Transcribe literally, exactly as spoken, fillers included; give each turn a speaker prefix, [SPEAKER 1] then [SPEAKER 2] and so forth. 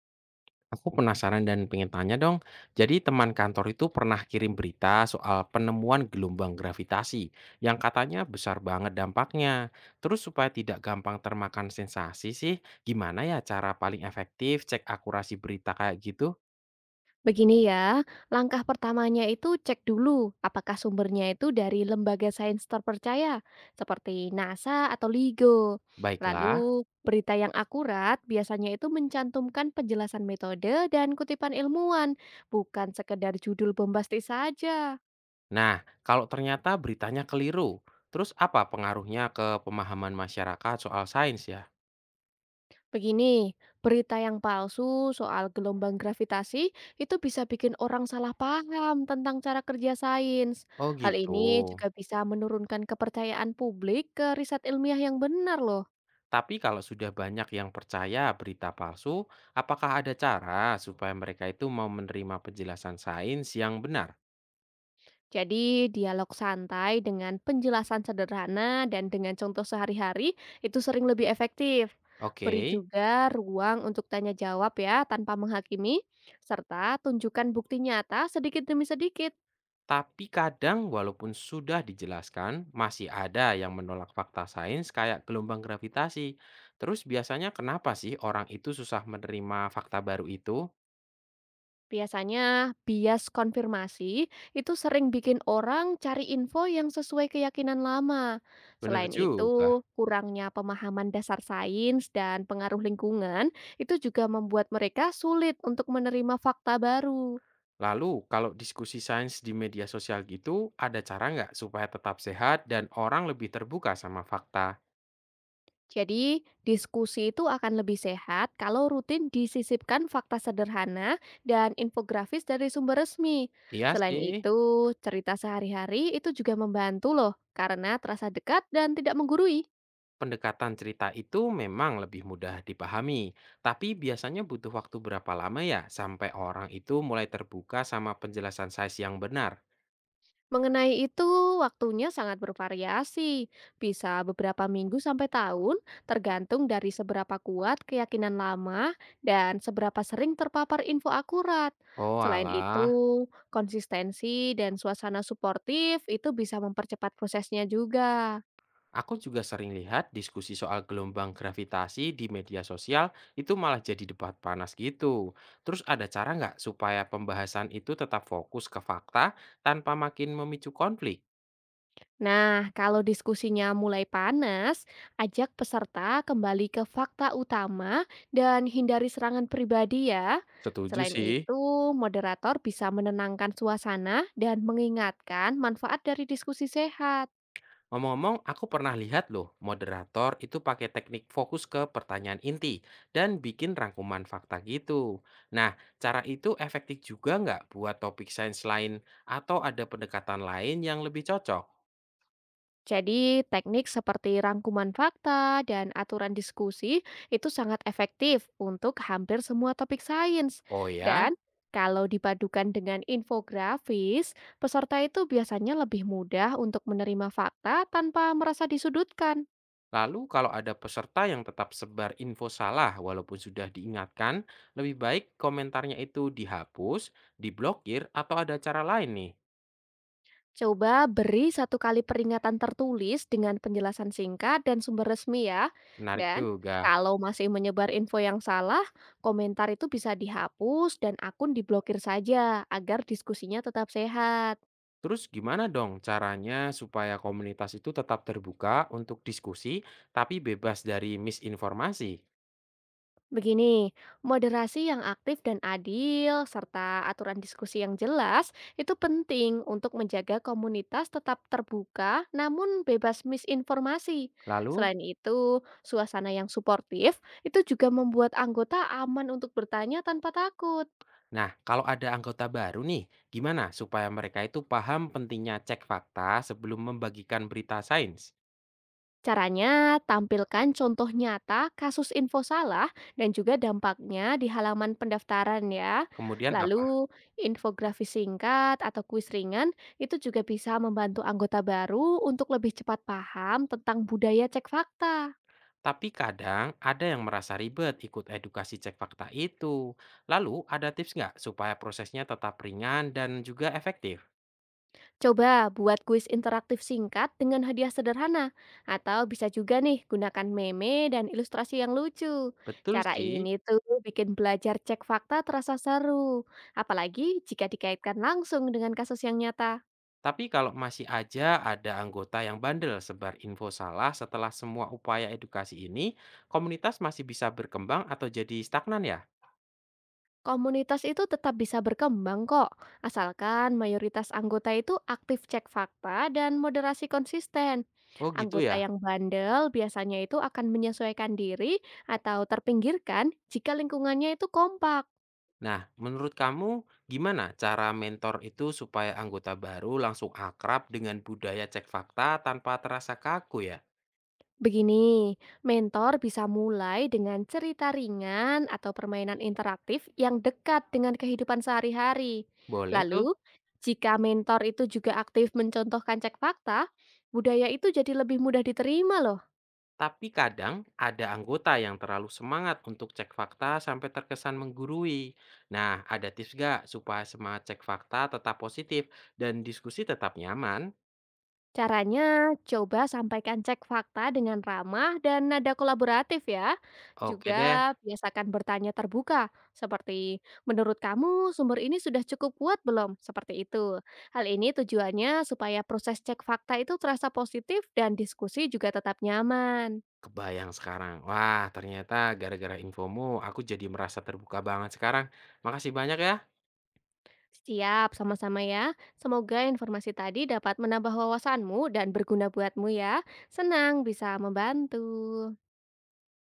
[SPEAKER 1] Aku penasaran dan pengen tanya dong. Jadi teman kantor itu pernah kirim berita soal penemuan gelombang gravitasi yang katanya besar banget dampaknya. Terus supaya tidak gampang termakan sensasi sih, gimana ya cara paling efektif cek akurasi berita kayak gitu?
[SPEAKER 2] Begini ya, langkah pertamanya itu cek dulu apakah sumbernya itu dari lembaga sains terpercaya seperti NASA atau L I G O.
[SPEAKER 1] Baiklah.
[SPEAKER 2] Lalu, berita yang akurat biasanya itu mencantumkan penjelasan metode dan kutipan ilmuwan, bukan sekedar judul bombastis saja.
[SPEAKER 1] Nah, kalau ternyata beritanya keliru, terus apa pengaruhnya ke pemahaman masyarakat soal sains ya?
[SPEAKER 2] Begini, berita yang palsu soal gelombang gravitasi itu bisa bikin orang salah paham tentang cara kerja sains.
[SPEAKER 1] Oh
[SPEAKER 2] Hal
[SPEAKER 1] gitu.
[SPEAKER 2] ini juga bisa menurunkan kepercayaan publik ke riset ilmiah yang benar loh.
[SPEAKER 1] Tapi kalau sudah banyak yang percaya berita palsu, apakah ada cara supaya mereka itu mau menerima penjelasan sains yang benar?
[SPEAKER 2] Jadi, dialog santai dengan penjelasan sederhana dan dengan contoh sehari-hari itu sering lebih efektif.
[SPEAKER 1] Oke,
[SPEAKER 2] Beri juga ruang untuk tanya jawab ya tanpa menghakimi, serta tunjukkan bukti nyata sedikit demi sedikit.
[SPEAKER 1] tapi kadang walaupun sudah dijelaskan, masih ada yang menolak fakta sains kayak gelombang gravitasi. Terus biasanya kenapa sih orang itu susah menerima fakta baru itu?
[SPEAKER 2] Biasanya bias konfirmasi itu sering bikin orang cari info yang sesuai keyakinan lama.
[SPEAKER 1] Bener
[SPEAKER 2] Selain
[SPEAKER 1] juga.
[SPEAKER 2] itu, kurangnya pemahaman dasar sains dan pengaruh lingkungan itu juga membuat mereka sulit untuk menerima fakta baru.
[SPEAKER 1] Lalu kalau diskusi sains di media sosial gitu, ada cara nggak supaya tetap sehat dan orang lebih terbuka sama fakta?
[SPEAKER 2] Jadi, diskusi itu akan lebih sehat kalau rutin disisipkan fakta sederhana dan infografis dari sumber resmi.
[SPEAKER 1] Iya
[SPEAKER 2] Selain
[SPEAKER 1] sih.
[SPEAKER 2] itu, cerita sehari-hari itu juga membantu loh karena terasa dekat dan tidak menggurui.
[SPEAKER 1] Pendekatan cerita itu memang lebih mudah dipahami, tapi biasanya butuh waktu berapa lama ya sampai orang itu mulai terbuka sama penjelasan size yang benar?
[SPEAKER 2] Mengenai itu, waktunya sangat bervariasi. Bisa beberapa minggu sampai tahun, tergantung dari seberapa kuat keyakinan lama dan seberapa sering terpapar info akurat.
[SPEAKER 1] Oh
[SPEAKER 2] Selain
[SPEAKER 1] alah,
[SPEAKER 2] itu, konsistensi dan suasana suportif itu bisa mempercepat prosesnya juga.
[SPEAKER 1] aku juga sering lihat diskusi soal gelombang gravitasi di media sosial itu malah jadi debat panas gitu. Terus ada cara nggak supaya pembahasan itu tetap fokus ke fakta tanpa makin memicu konflik?
[SPEAKER 2] Nah, kalau diskusinya mulai panas, ajak peserta kembali ke fakta utama dan hindari serangan pribadi ya.
[SPEAKER 1] Setuju
[SPEAKER 2] Selain
[SPEAKER 1] sih.
[SPEAKER 2] itu, moderator bisa menenangkan suasana dan mengingatkan manfaat dari diskusi sehat.
[SPEAKER 1] Ngomong-ngomong, aku pernah lihat loh, moderator itu pakai teknik fokus ke pertanyaan inti dan bikin rangkuman fakta gitu. Nah, cara itu efektif juga nggak buat topik sains lain atau ada pendekatan lain yang lebih cocok?
[SPEAKER 2] Jadi, teknik seperti rangkuman fakta dan aturan diskusi itu sangat efektif untuk hampir semua topik sains.
[SPEAKER 1] Oh ya,
[SPEAKER 2] Dan kalau dipadukan dengan infografis, peserta itu biasanya lebih mudah untuk menerima fakta tanpa merasa disudutkan.
[SPEAKER 1] lalu kalau ada peserta yang tetap sebar info salah walaupun sudah diingatkan, lebih baik komentarnya itu dihapus, diblokir, atau ada cara lain nih.
[SPEAKER 2] Coba beri satu kali peringatan tertulis dengan penjelasan singkat dan sumber resmi ya.
[SPEAKER 1] Menarik
[SPEAKER 2] Dan
[SPEAKER 1] juga.
[SPEAKER 2] kalau masih menyebar info yang salah, komentar itu bisa dihapus dan akun diblokir saja agar diskusinya tetap sehat.
[SPEAKER 1] Terus gimana dong caranya supaya komunitas itu tetap terbuka untuk diskusi tapi bebas dari misinformasi?
[SPEAKER 2] Begini, moderasi yang aktif dan adil, serta aturan diskusi yang jelas, itu penting untuk menjaga komunitas tetap terbuka namun bebas misinformasi.
[SPEAKER 1] Lalu,
[SPEAKER 2] Selain itu, suasana yang suportif itu juga membuat anggota aman untuk bertanya tanpa takut.
[SPEAKER 1] nah kalau ada anggota baru nih, gimana supaya mereka itu paham pentingnya cek fakta sebelum membagikan berita sains?
[SPEAKER 2] Caranya, tampilkan contoh nyata kasus info salah dan juga dampaknya di halaman pendaftaran ya.
[SPEAKER 1] Kemudian apa?
[SPEAKER 2] Lalu, infografis singkat atau kuis ringan itu juga bisa membantu anggota baru untuk lebih cepat paham tentang budaya cek fakta.
[SPEAKER 1] Tapi kadang ada yang merasa ribet ikut edukasi cek fakta itu. Lalu ada tips nggak supaya prosesnya tetap ringan dan juga efektif?
[SPEAKER 2] Coba buat kuis interaktif singkat dengan hadiah sederhana, atau bisa juga nih gunakan meme dan ilustrasi yang lucu.
[SPEAKER 1] Betul
[SPEAKER 2] Cara ini
[SPEAKER 1] sih.
[SPEAKER 2] tuh bikin belajar cek fakta terasa seru, apalagi jika dikaitkan langsung dengan kasus yang nyata.
[SPEAKER 1] Tapi kalau masih aja ada anggota yang bandel sebar info salah setelah semua upaya edukasi ini, komunitas masih bisa berkembang atau jadi stagnan ya?
[SPEAKER 2] Komunitas itu tetap bisa berkembang kok, asalkan mayoritas anggota itu aktif cek fakta dan moderasi konsisten.
[SPEAKER 1] Oh gitu
[SPEAKER 2] Anggota
[SPEAKER 1] ya.
[SPEAKER 2] yang bandel biasanya itu akan menyesuaikan diri atau terpinggirkan jika lingkungannya itu kompak.
[SPEAKER 1] Nah, menurut kamu gimana cara mentor itu supaya anggota baru langsung akrab dengan budaya cek fakta tanpa terasa kaku ya?
[SPEAKER 2] Begini, mentor bisa mulai dengan cerita ringan atau permainan interaktif yang dekat dengan kehidupan sehari-hari.
[SPEAKER 1] Boleh tuh.
[SPEAKER 2] Lalu, jika mentor itu juga aktif mencontohkan cek fakta, budaya itu jadi lebih mudah diterima loh.
[SPEAKER 1] Tapi kadang ada anggota yang terlalu semangat untuk cek fakta sampai terkesan menggurui. Nah, ada tips gak supaya semangat cek fakta tetap positif dan diskusi tetap nyaman?
[SPEAKER 2] Caranya, coba sampaikan cek fakta dengan ramah dan nada kolaboratif ya.
[SPEAKER 1] Oke deh,
[SPEAKER 2] Juga biasakan bertanya terbuka, seperti menurut kamu sumber ini sudah cukup kuat belum? Seperti itu. Hal ini tujuannya supaya proses cek fakta itu terasa positif dan diskusi juga tetap nyaman.
[SPEAKER 1] kebayang sekarang. Wah, ternyata gara-gara infomu aku jadi merasa terbuka banget sekarang. Makasih banyak ya.
[SPEAKER 2] Siap, sama-sama ya. Semoga informasi tadi dapat menambah wawasanmu dan berguna buatmu ya. Senang bisa membantu.